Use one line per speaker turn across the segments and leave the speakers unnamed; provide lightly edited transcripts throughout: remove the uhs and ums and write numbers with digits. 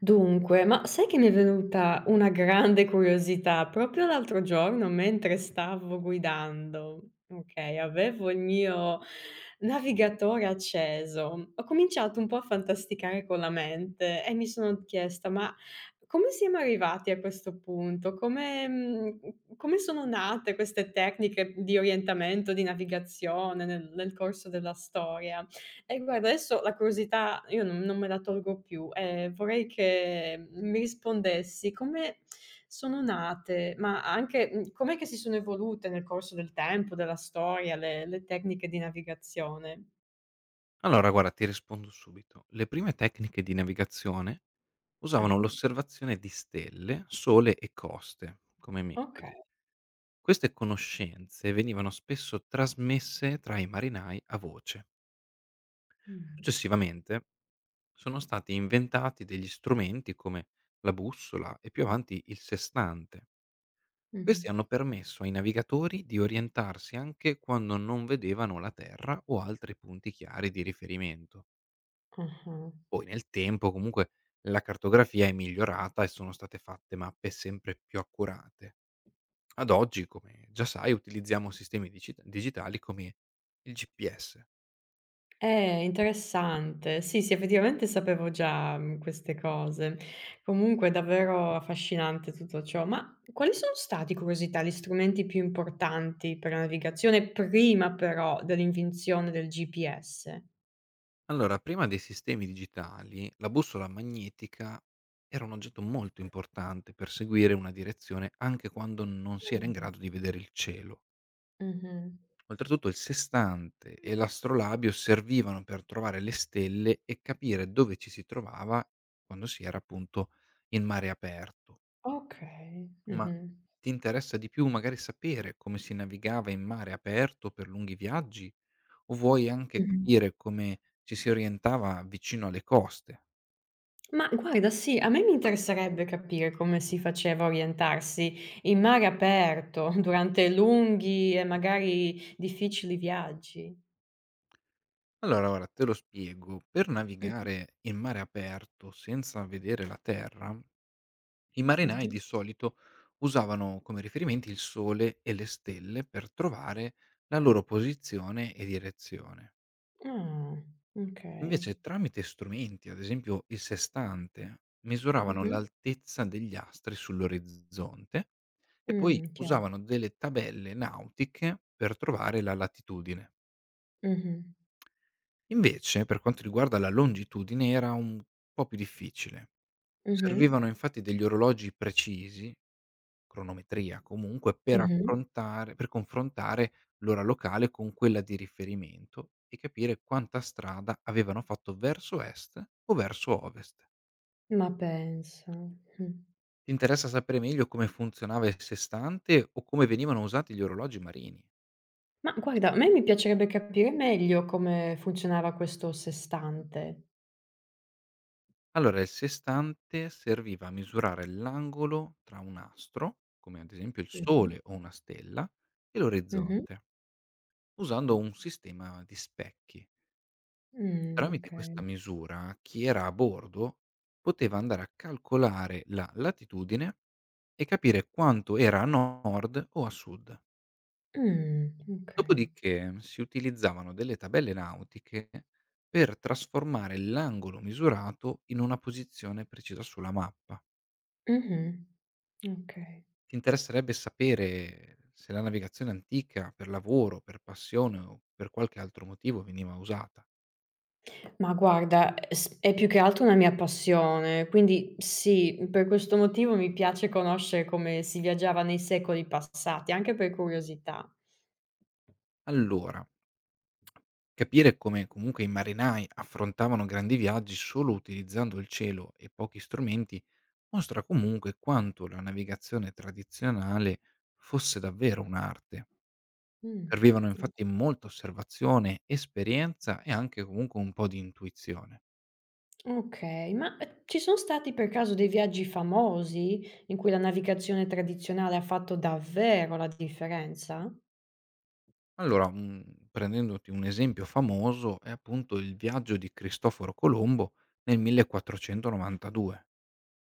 Dunque, ma sai che mi è venuta una grande curiosità proprio l'altro giorno mentre stavo guidando. Okay, avevo il mio navigatore acceso. Ho cominciato un po' a fantasticare con la mente e mi sono chiesta: "Ma come siamo arrivati a questo punto? Come sono nate queste tecniche di orientamento, di navigazione nel corso della storia?" E guarda, adesso la curiosità io non me la tolgo più, vorrei che mi rispondessi come sono nate, ma anche, com'è che si sono evolute nel corso del tempo, della storia, le tecniche di navigazione?
Allora guarda, ti rispondo subito. Le prime tecniche di navigazione usavano
Ah-ah.
l'osservazione di stelle, sole e coste come
Okay.
metodi. Queste conoscenze venivano spesso trasmesse tra i marinai a voce.
Mh.
Successivamente sono stati inventati degli strumenti come la bussola e più avanti il sestante. Questi
Mh-mh.
hanno permesso ai navigatori di orientarsi anche quando non vedevano la Terra o altri punti chiari di riferimento.
Ah-ah.
Poi nel tempo comunque la cartografia è migliorata e sono state fatte mappe sempre più accurate. Ad oggi, come già sai, utilizziamo sistemi digitali come il GPS.
Interessante. Sì, sì, effettivamente sapevo già, queste cose. Comunque è davvero affascinante tutto ciò. Ma quali sono stati, curiosità, gli strumenti più importanti per la navigazione prima però dell'invenzione del GPS?
Allora, prima dei sistemi digitali, la bussola magnetica era un oggetto molto importante per seguire una direzione anche quando non si era in
Mh.
grado di vedere il cielo.
Mh-mh.
Oltretutto il sestante e l'astrolabio servivano per trovare le stelle e capire dove ci si trovava quando si era appunto in mare aperto.
Okay.
Ma
Mh-mh.
ti interessa di più magari sapere come si navigava in mare aperto per lunghi viaggi? O vuoi anche
Mh-mh.
capire come ci si orientava vicino alle coste?
Ma guarda, sì, a me mi interesserebbe capire come si faceva a orientarsi in mare aperto durante lunghi e magari difficili viaggi.
Allora, ora te lo spiego. Per
Mh-mh.
navigare in mare aperto senza vedere la terra, i marinai di
Mh-mh.
solito usavano come riferimenti il sole e le stelle per trovare la loro posizione e direzione.
Ah, okay.
Invece tramite strumenti, ad esempio il sestante, misuravano
Mh-mh.
l'altezza degli astri sull'orizzonte e poi
Chiaro.
usavano delle tabelle nautiche per trovare la latitudine.
Mh-mh.
Invece, per quanto riguarda la longitudine, era un po' più difficile.
Mh-mh.
Servivano infatti degli orologi precisi, cronometria comunque, per
Mh-mh.
affrontare per confrontare l'ora locale con quella di riferimento e capire quanta strada avevano fatto verso est o verso ovest.
Ma pensa. Mh.
Ti interessa sapere meglio come funzionava il sestante o come venivano usati gli orologi marini?
Ma guarda, a me mi piacerebbe capire meglio come funzionava questo sestante.
Allora, il sestante serviva a misurare l'angolo tra un astro, come ad esempio il
Mh-mh.
Sole o una stella, e
Mh-mh.
l'orizzonte, usando un sistema di specchi. Tramite questa
Okay.
misura chi era a bordo poteva andare a calcolare la latitudine e capire quanto era a nord o a sud.
Mh, okay.
Dopodiché si utilizzavano delle tabelle nautiche per trasformare l'angolo misurato in una posizione precisa sulla mappa.
Mh-mh. Okay.
Ti interesserebbe sapere se la navigazione antica per lavoro, per passione o per qualche altro motivo veniva usata?
Ma guarda, s è più che altro una mia passione, quindi sì, per questo motivo mi piace conoscere come si viaggiava nei secoli passati, anche per curiosità.
Allora, capire come comunque i marinai affrontavano grandi viaggi solo utilizzando il cielo e pochi strumenti mostra comunque quanto la navigazione tradizionale fosse davvero un'arte.
Mh,
Servivano
mh,
infatti molta osservazione, esperienza e anche comunque un po' di intuizione.
okay, ma, ci sono stati per caso dei viaggi famosi in cui la navigazione tradizionale ha fatto davvero la differenza?
Allora, prendendoti un esempio famoso, è appunto il viaggio di Cristoforo Colombo nel 1492,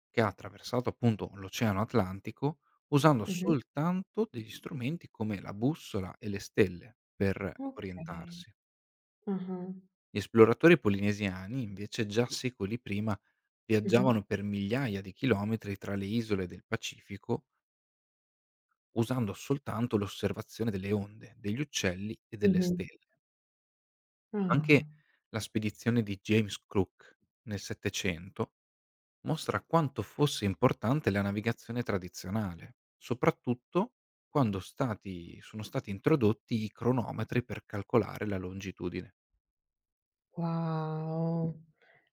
che ha attraversato appunto l'Oceano Atlantico, usando
Mh-mh.
soltanto degli strumenti come la bussola e le stelle per
Okay.
orientarsi.
Ah-ah.
Gli esploratori polinesiani, invece, già secoli prima
Mh-mh.
viaggiavano per migliaia di chilometri tra le isole del Pacifico, usando soltanto l'osservazione delle onde, degli uccelli e delle
Mh-mh.
stelle.
Ah.
Anche la spedizione di James Cook nel 700 mostra quanto fosse importante la navigazione tradizionale, soprattutto quando stati sono stati introdotti i cronometri per calcolare la longitudine.
Wow.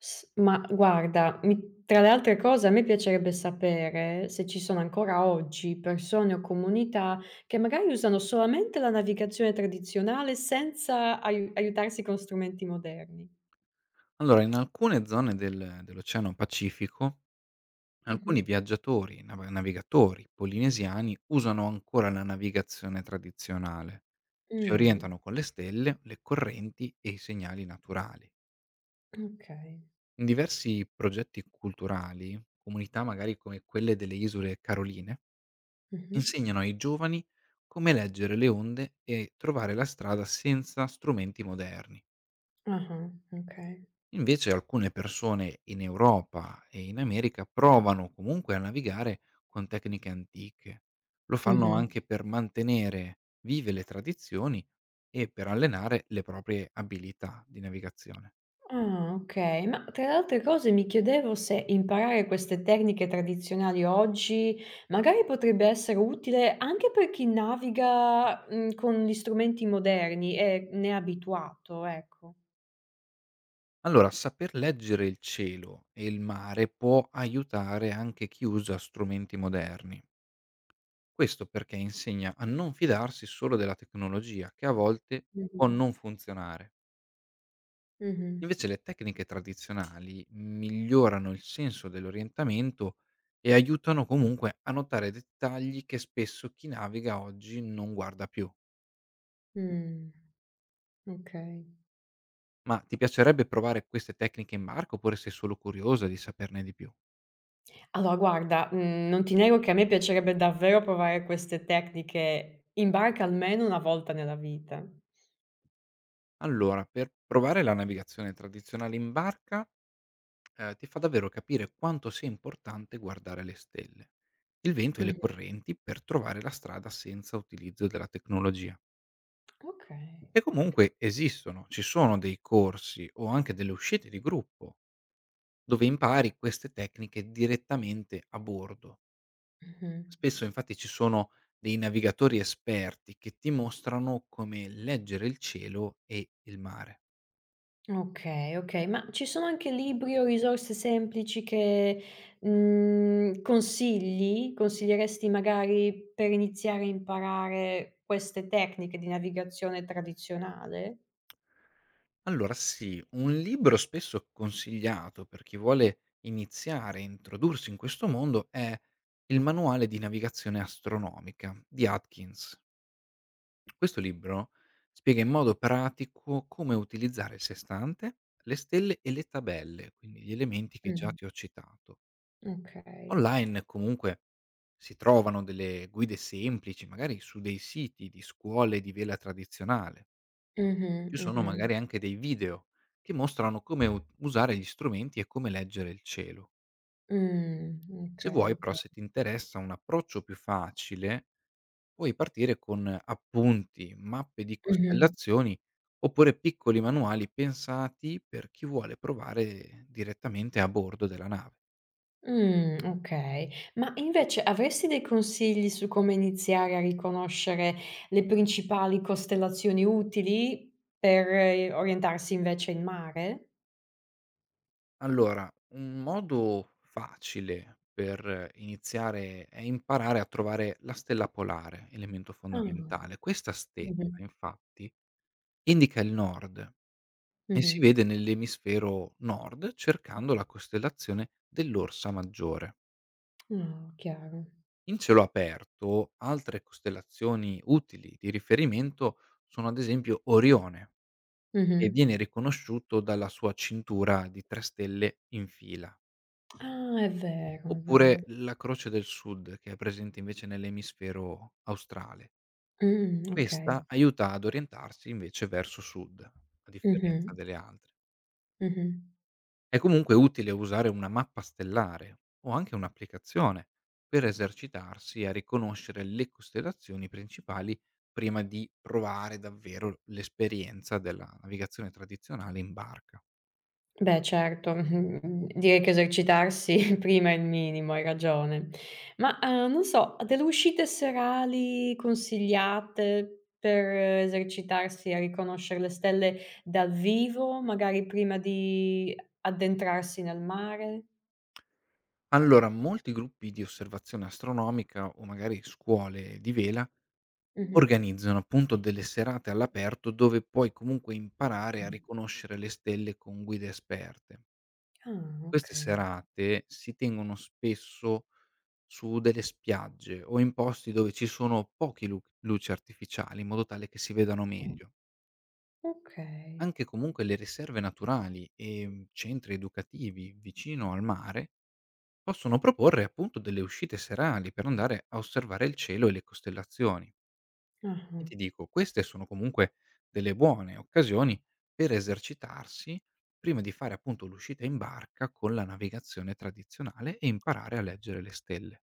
S Ma guarda, mi tra le altre cose a me piacerebbe sapere se ci sono ancora oggi persone o comunità che magari usano solamente la navigazione tradizionale senza aiutarsi con strumenti moderni.
Allora, in alcune zone dell'Oceano Pacifico,
Mh-mh.
alcuni viaggiatori, navigatori polinesiani, usano ancora la navigazione tradizionale. Si
Mh.
orientano con le stelle, le correnti e i segnali naturali.
Okay.
In diversi progetti culturali, comunità magari come quelle delle Isole Caroline
Mh-mh.
insegnano ai giovani come leggere le onde e trovare la strada senza strumenti moderni.
Ah-ah. Okay.
Invece alcune persone in Europa e in America provano comunque a navigare con tecniche antiche. Lo fanno
Mh-mh.
anche per mantenere vive le tradizioni e per allenare le proprie abilità di navigazione.
Ah, okay. Ma tra le altre cose mi chiedevo se imparare queste tecniche tradizionali oggi magari potrebbe essere utile anche per chi naviga, con gli strumenti moderni e ne è abituato, ecco.
Allora, saper leggere il cielo e il mare può aiutare anche chi usa strumenti moderni. Questo perché insegna a non fidarsi solo della tecnologia, che a volte può
Mh-mh.
non funzionare.
Mh-mh.
Invece le tecniche tradizionali migliorano il senso dell'orientamento e aiutano comunque a notare dettagli che spesso chi naviga oggi non guarda più.
Mh. Okay.
Ma ti piacerebbe provare queste tecniche in barca oppure sei solo curiosa di saperne di più?
Allora guarda, non ti nego che a me piacerebbe davvero provare queste tecniche in barca almeno una volta nella vita.
Allora, per provare la navigazione tradizionale in barca ti fa davvero capire quanto sia importante guardare le stelle, il vento e le
Mh-mh.
correnti per trovare la strada senza utilizzo della tecnologia.
Okay.
E comunque esistono, ci sono dei corsi o anche delle uscite di gruppo dove impari queste tecniche direttamente a bordo.
Mh-mh.
Spesso infatti ci sono dei navigatori esperti che ti mostrano come leggere il cielo e il mare.
Okay, okay, ma ci sono anche libri o risorse semplici che, consigli? Consiglieresti magari per iniziare a imparare queste tecniche di navigazione tradizionale?
Allora sì, un libro spesso consigliato per chi vuole iniziare e introdursi in questo mondo è Il manuale di navigazione astronomica di Atkins. Questo libro spiega in modo pratico come utilizzare il sestante, le stelle e le tabelle, quindi gli elementi che già
Mh,
ti ho citato.
okay.
Online comunque si trovano delle guide semplici, magari su dei siti di scuole di vela tradizionale.
Mh-mh,
Ci sono
mh-mh.
magari anche dei video che mostrano come u usare gli strumenti e come leggere il cielo.
Mh,
Se
okay,
vuoi però,
okay.
se ti interessa un approccio più facile, puoi partire con appunti, mappe di
Mh-mh.
costellazioni oppure piccoli manuali pensati per chi vuole provare direttamente a bordo della nave.
Okay. Ma invece avresti dei consigli su come iniziare a riconoscere le principali costellazioni utili per orientarsi invece in mare?
Allora, un modo facile per iniziare è imparare a trovare la stella polare, elemento
Ah,
fondamentale. Questa stella
mh-mh,
infatti indica il nord e
mh-mh.
si vede nell'emisfero nord cercando la costellazione dell'Orsa Maggiore.
Ah, chiaro.
In cielo aperto, altre costellazioni utili di riferimento sono ad esempio Orione, che
Mh-mh.
viene riconosciuto dalla sua cintura di tre stelle in fila,
Ah, è vero, è vero.
oppure la Croce del Sud, che è presente invece nell'emisfero australe.
Okay.
Questa aiuta ad orientarsi invece verso sud, a
Mh-mh,
differenza delle altre.
mh-mh.
È comunque utile usare una mappa stellare o anche un'applicazione per esercitarsi a riconoscere le costellazioni principali prima di provare davvero l'esperienza della navigazione tradizionale in barca.
Beh certo, mh-mh, direi che esercitarsi prima è il minimo, hai ragione. Ma, non so, ha delle uscite serali consigliate per esercitarsi a riconoscere le stelle dal vivo, magari prima di addentrarsi nel mare?
Allora, molti gruppi di osservazione astronomica o magari scuole di vela
Mh-mh.
organizzano appunto delle serate all'aperto dove puoi comunque imparare a riconoscere le stelle con guide esperte.
Ah,
Queste
okay,
serate si tengono spesso su delle spiagge o in posti dove ci sono pochi lu luci artificiali, in modo tale che si vedano meglio.
okay.
Anche comunque le riserve naturali e, centri educativi vicino al mare possono proporre appunto delle uscite serali per andare a osservare il cielo e le costellazioni. E
Ah-ah.
ti dico, queste sono comunque delle buone occasioni per esercitarsi prima di fare appunto l'uscita in barca con la navigazione tradizionale e imparare a leggere le stelle.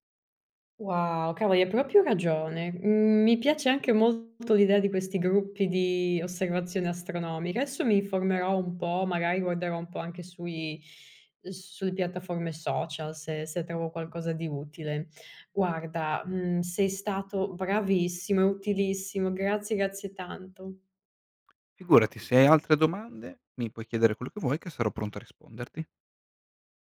Wow, cavoli hai proprio ragione. Mhmm, Mi piace anche molto l'idea di questi gruppi di osservazione astronomica. Adesso mi informerò un po', magari guarderò un po' anche sui sulle piattaforme social se trovo qualcosa di utile. Guarda, sei stato bravissimo e utilissimo. Grazie, grazie tanto.
Figurati, se hai altre domande mi puoi chiedere quello che vuoi, che sarò pronto a risponderti.